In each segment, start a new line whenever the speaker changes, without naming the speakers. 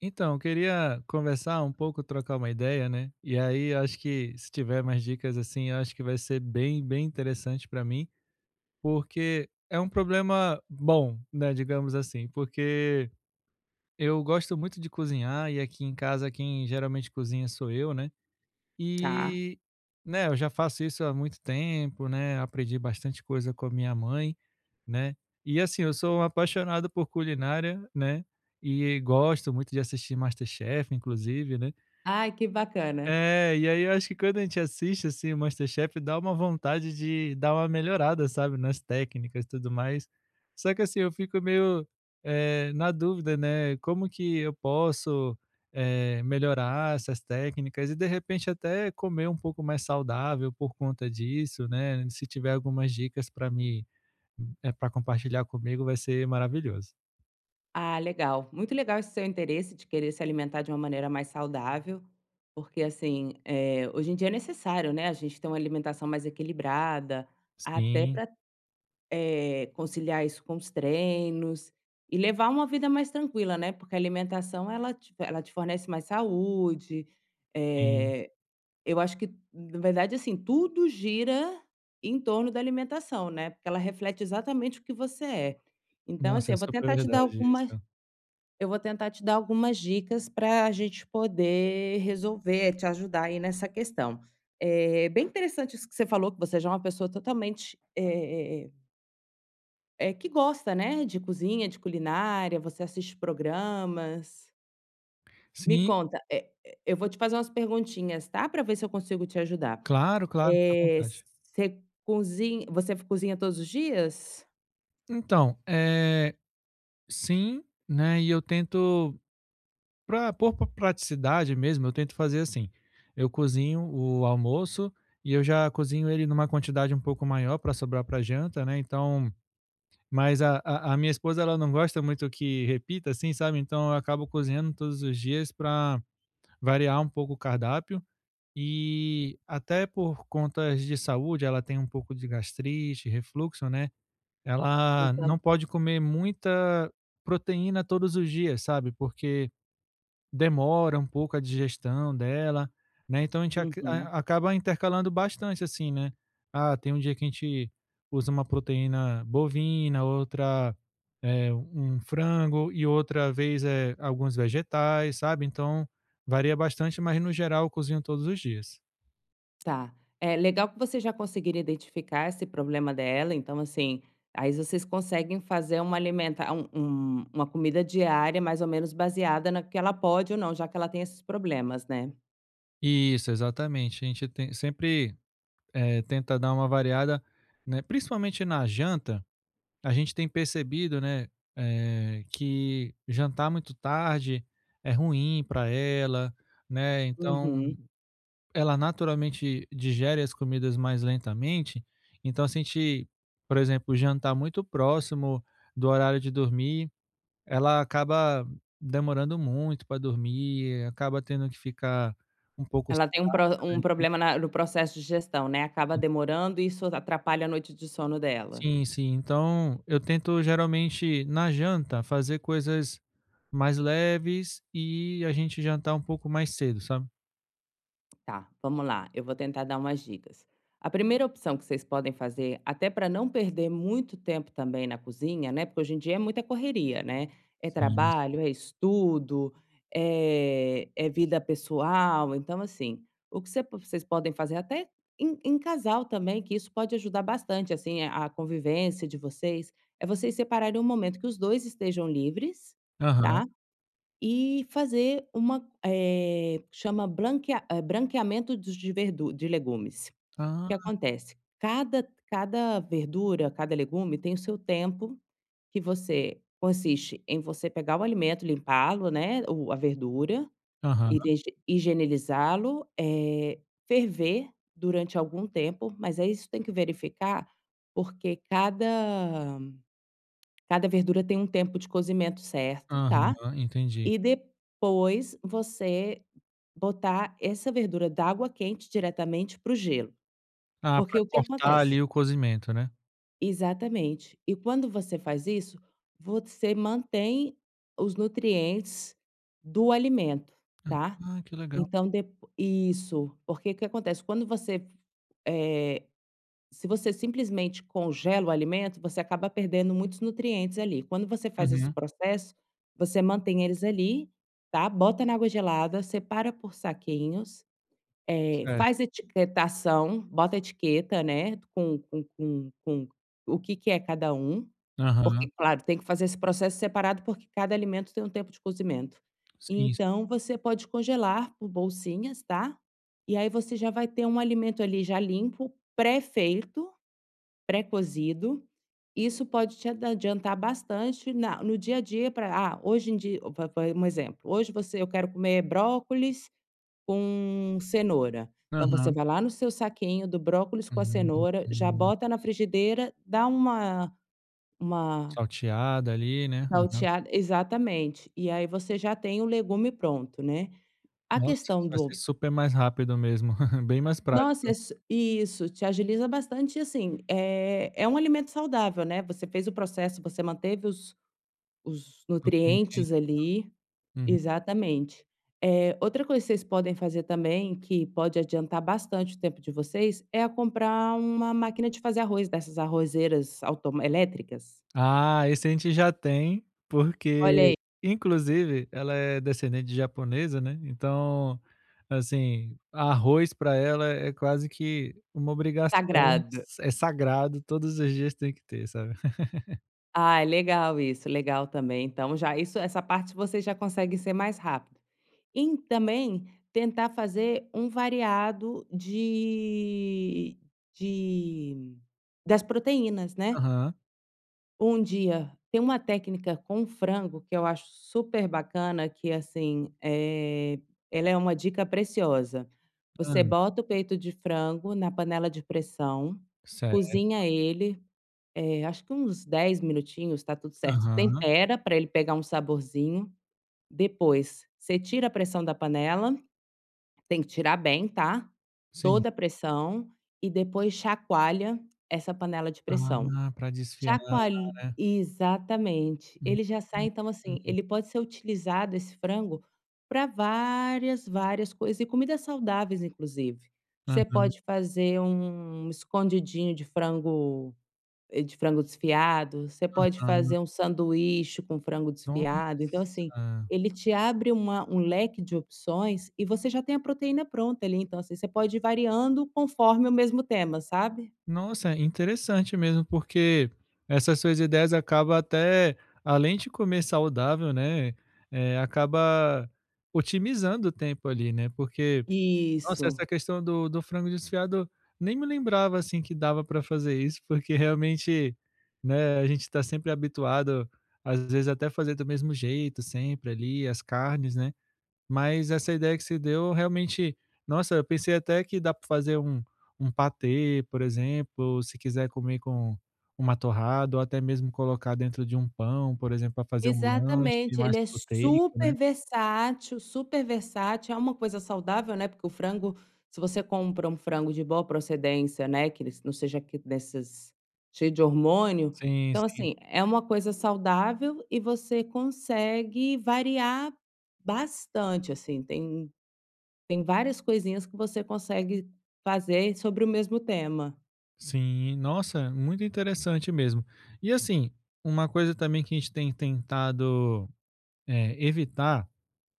Então, eu queria conversar um pouco, trocar uma ideia, né? E aí, eu acho que se tiver mais dicas assim, eu acho que vai ser bem interessante para mim, porque é um problema bom, né? Digamos assim, porque eu gosto muito de cozinhar e aqui em casa quem geralmente cozinha sou eu, né?
Tá.
E, né, eu já faço isso há muito tempo, né, aprendi bastante coisa com a minha mãe, né. E assim, eu sou um apaixonado por culinária, né, e gosto muito de assistir MasterChef, inclusive, né.
Ai, que bacana.
É, e aí eu acho que quando a gente assiste, assim, o MasterChef dá uma vontade de dar uma melhorada, sabe, nas técnicas e tudo mais. Só que assim, eu fico meio na dúvida, né, como que eu posso, melhorar essas técnicas e de repente até comer um pouco mais saudável por conta disso, né, se tiver algumas dicas para compartilhar comigo vai ser maravilhoso.
Ah, legal. Muito legal esse seu interesse de querer se alimentar de uma maneira mais saudável, porque, assim, hoje em dia é necessário, né, a gente ter uma alimentação mais equilibrada, até
Sim,
para conciliar isso com os treinos e levar uma vida mais tranquila, né, porque a alimentação ela te fornece mais saúde.
sim.
eh Eu acho que, na verdade, assim, tudo gira em torno da alimentação, né, porque ela reflete exatamente o que você é. Então, assim,
Nossa, é super verdade isso.
eu vou tentar te dar algumas dicas para a gente poder resolver, te ajudar aí nessa questão. É bem interessante isso que você falou, que você já é uma pessoa totalmente, que gosta, né, de cozinha, de culinária, você assiste programas. Me
Sim,
conta, eu vou te fazer umas perguntinhas, tá, para ver se eu consigo te ajudar.
claro, claro, à vontade.
Você cozinha todos os dias?
Então, sim, né, e eu tento pra por pra praticidade mesmo, eu tento fazer assim, eu cozinho o almoço e eu já cozinho ele numa quantidade um pouco maior para sobrar para janta, né, então mas a minha esposa, ela não gosta muito que repita, assim, sabe, então eu acabo cozinhando todos os dias para variar um pouco o cardápio e até por contas de saúde, ela tem um pouco de gastrite, refluxo, né, ela
Então
não pode comer muita proteína todos os dias, sabe, porque demora um pouco a digestão dela, né, então a gente ac
uhum,
a acaba intercalando bastante, assim, né. Ah, tem um dia que a gente usa uma proteína bovina, outra, um frango e outra vez, é alguns vegetais, sabe, então varia bastante, mas no geral eu cozinho todos os dias.
tá. É legal que vocês já conseguiram identificar esse problema dela, então, assim, aí vocês conseguem fazer uma alimenta um um uma comida diária mais ou menos baseada na que ela pode ou não, já que ela tem esses problemas, né.
Isso, exatamente. A gente tem sempre tenta dar uma variada, né, principalmente na janta, a gente tem percebido, né, que jantar muito tarde é ruim para ela, né, então
Uhum.
ela naturalmente digere as comidas mais lentamente, então se a gente, por exemplo, jantar muito próximo do horário de dormir, ela acaba demorando muito para dormir, acaba tendo que ficar um pouco
Ela
sem.
tem um pro um problema na no processo de digestão, né, acaba demorando e isso atrapalha a noite de sono dela.
Sim, sim. Então, eu tento geralmente na janta fazer coisas mais leves e a gente jantar um pouco mais cedo, sabe?
Tá, vamos lá. Eu vou tentar dar umas dicas. A primeira opção que vocês podem fazer, até para não perder muito tempo também na cozinha, né? Porque hoje em dia é muita correria, né? É
Sim, sim.
trabalho, é estudo, é vida pessoal. Então, assim, o que vocês podem fazer até em casal também, que isso pode ajudar bastante, assim, a convivência de vocês, é vocês separarem um momento que os dois estejam livres,
Aham.
tá? E fazer uma, branqueamento dos de verdu de legumes. O
Ah,
que acontece? Cada verdura, cada legume tem o seu tempo, que você consiste em você pegar o alimento, limpá-lo, né, o a verdura,
aham,
hige higienizá-lo, ferver durante algum tempo, mas aí isso tem que verificar, porque cada verdura tem um tempo de cozimento certo,
aham,
tá?
entendi.
E depois você botar essa verdura d'água quente diretamente para o gelo,
Ah,
porque
para
o que
cortar
acontece
ali o cozimento, né?
exatamente. E quando você faz isso, você mantém os nutrientes do alimento, tá.
Ah, que legal.
Então depo isso, porque o que acontece, quando você, eh se você simplesmente congela o alimento, você acaba perdendo muitos nutrientes ali. Quando você faz esse
Uhum,
processo, você mantém eles ali, tá? Bota na água gelada, separa por saquinhos,
certo.
faz etiquetação, bota etiqueta, né, com o que que é cada um,
Aham,
porque, claro, tem que fazer esse processo separado, porque cada alimento tem um tempo de cozimento.
sim, sim.
Então você pode congelar por bolsinhas, tá? E aí você já vai ter um alimento ali já limpo, pré-feito pré-cozido, isso pode te adiantar bastante na no dia a dia para ah, hoje em dia va vai um exemplo, hoje você eu quero comer brócolis com cenoura. Então você
Aham.
vai lá no seu saquinho do brócolis com a cenoura, já
Hum,
bota na frigideira, dá uma
salteada ali, né? Aham.
salteada exatamente, e aí você já tem o legume pronto, né. A
Nossa, isso
questão
vai ser
do
super mais rápido mesmo, bem mais
nossa,
prático,
isso, te agiliza bastante e assim, é um alimento saudável, né, você fez o processo, você manteve os
nutriente.
nutrientes ali,
Uhum.
exatamente. Outra coisa que vocês podem fazer também, que pode adiantar bastante o tempo de vocês, é a comprar uma máquina de fazer arroz, dessas arrozeiras automa elétricas.
Ah, esse a gente já tem, porque
Olha aí,
inclusive ela é descendente de japonesa, né, então, assim, arroz para ela é quase que uma obrigação,
sagrado.
é sagrado, todos os dias tem que ter, sabe.
Ah, é legal isso, legal também. Então já isso essa parte você já consegue ser mais rápido. E também tentar fazer um variado de das proteínas, né.
Aham.
Um dia tem uma técnica com frango que eu acho super bacana que, assim, ela é uma dica preciosa.
Hã.
Você bota o peito de frango na panela de pressão,
Certo.
cozinha ele, acho que uns 10 minutinhos, tá tudo certo.
Aham.
Tempera para ele pegar um saborzinho, depois você tira a pressão da panela, tem que tirar bem, tá,
Sim.
toda a pressão, e depois chacoalha essa panela de pressão.
Ah, para desfiar,
Chacoalh
né.
exatamente.
Hum,
Ele já sai
hum,
então, assim,
uhum.
ele pode ser utilizado esse frango para várias, várias coisas e comidas saudáveis inclusive. Você
Aham,
pode fazer um escondidinho de frango, de frango desfiado, você pode
aham.
fazer um sanduíche com frango desfiado, então assim,
Nossa.
ele te abre uma um leque de opções e você já tem a proteína pronta ali, então assim, você pode ir variando conforme o mesmo tema, sabe?
Nossa, é interessante mesmo, porque essas suas ideias acabam até além de comer saudável, né, acaba otimizando o tempo ali, né, porque, nossa, essa
Isso.
questão do frango desfiado, nem me lembrava, assim, que dava para fazer isso, porque realmente, né, a gente está sempre habituado, às vezes, até fazer do mesmo jeito sempre ali, as carnes, né, mas essa ideia que se deu realmente nossa, eu pensei até que dá para fazer um patê, por exemplo, se quiser comer com uma torrada ou até mesmo colocar dentro de um pão, por exemplo, para fazer um lanche
Exatamente, ele
mais
é
proteico, né.
super versátil, é uma coisa saudável, né, porque o frango, se você compra um frango de boa procedência, né, que ele não seja que desses cheio de hormônio,
Sim,
então
sim.
assim, é uma coisa saudável e você consegue variar bastante, assim, tem várias coisinhas que você consegue fazer sobre o mesmo tema.
Sim, nossa, muito interessante mesmo. E assim, uma coisa também que a gente tem tentado, evitar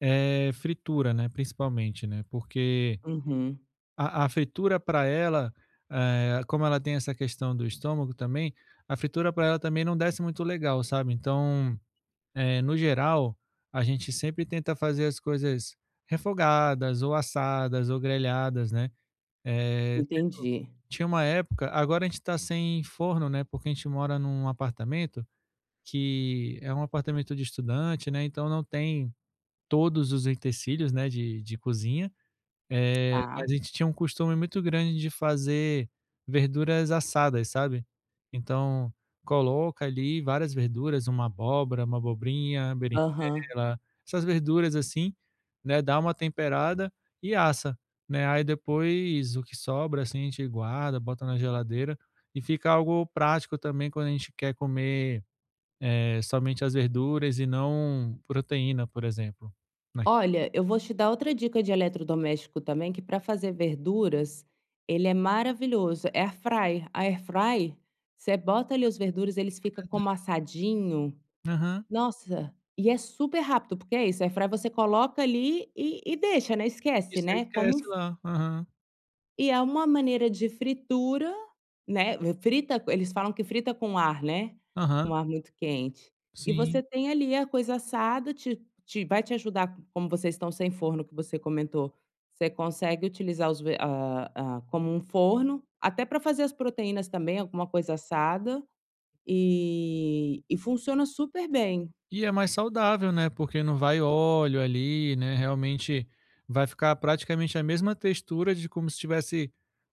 é fritura, né, principalmente, né, porque
Uhum,
a fritura para ela, como ela tem essa questão do estômago também, a fritura para ela também não desce muito legal, sabe. Então, no geral, a gente sempre tenta fazer as coisas refogadas ou assadas ou grelhadas, né. Eh,
entendi.
tinha uma época agora a gente está sem forno, né, porque a gente mora num apartamento que é um apartamento de estudante, né, então não tem todos os utensílios, né, de cozinha.
Tá.
Mas a gente tinha um costume muito grande de fazer verduras assadas, sabe. Então, coloca ali várias verduras, uma abóbora, uma abobrinha,
Aham.
berinjela, essas verduras assim, né, dá uma temperada e assa, né. Aí depois o que sobra, assim, a gente guarda, bota na geladeira e fica algo prático também quando a gente quer comer, somente as verduras e não proteína, por exemplo, né.
Olha, eu vou te dar outra dica de eletrodoméstico também, que para fazer verduras, ele é maravilhoso. Air fry. A air fry, você bota ali os verduras, eles ficam
Verdade.
como assadinho.
Aham.
Nossa, e é super rápido, porque é isso, air fry você coloca ali e deixa, né?
E
Esquece,
você
né? Como um
esquece lá. Aham.
e é uma maneira de fritura, né, frita eles falam que frita com ar, né, com
Aham,
ar muito quente. E
sim.
você tem ali a coisa assada, te vai te ajudar, como vocês estão sem forno que você comentou, você consegue utilizar os ve a como um forno, até para fazer as proteínas também, alguma coisa assada, e funciona super bem.
E é mais saudável, né, porque não vai óleo ali, né, realmente vai ficar praticamente a mesma textura de como se estivesse,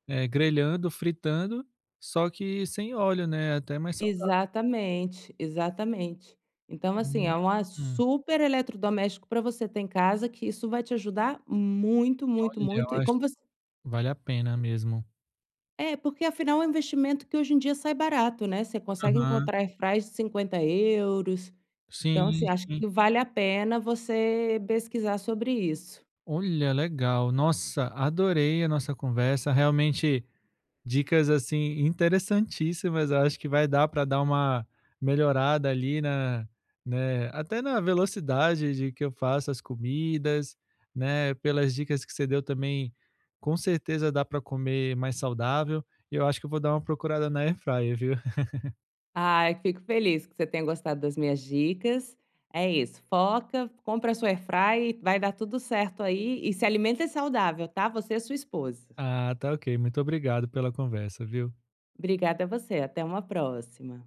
grelhando, fritando, só que sem óleo, né, é até mais saudável.
Exatamente, exatamente. Então, assim,
Hum,
é um
hum.
super eletrodoméstico para você ter em casa, que isso vai te ajudar muito, muito,
Olha, eu
muito. E
acho
como
que
você
vale a pena mesmo.
é, porque afinal é um investimento que hoje em dia sai barato, né, você consegue
Aham.
encontrar airfryer de 50 euros. Então,
Sim,
assim, acho
sim.
que vale a pena você pesquisar sobre isso.
Olha, legal. Nossa, adorei a nossa conversa, realmente dicas assim interessantíssimas. Eu acho que vai dar para dar uma melhorada ali na, né, até na velocidade de que eu faço as comidas, né? Pelas dicas que você deu também, com certeza dá para comer mais saudável. E eu acho que eu vou dar uma procurada na Airfryer, viu?
Ai, fico feliz que você tenha gostado das minhas dicas. É isso, foca, compra sua airfryer, vai dar tudo certo aí e se alimenta saudável, tá, você e sua esposa.
Ah, tá ok. Muito obrigado pela conversa, viu?
Obrigada a você, até uma próxima.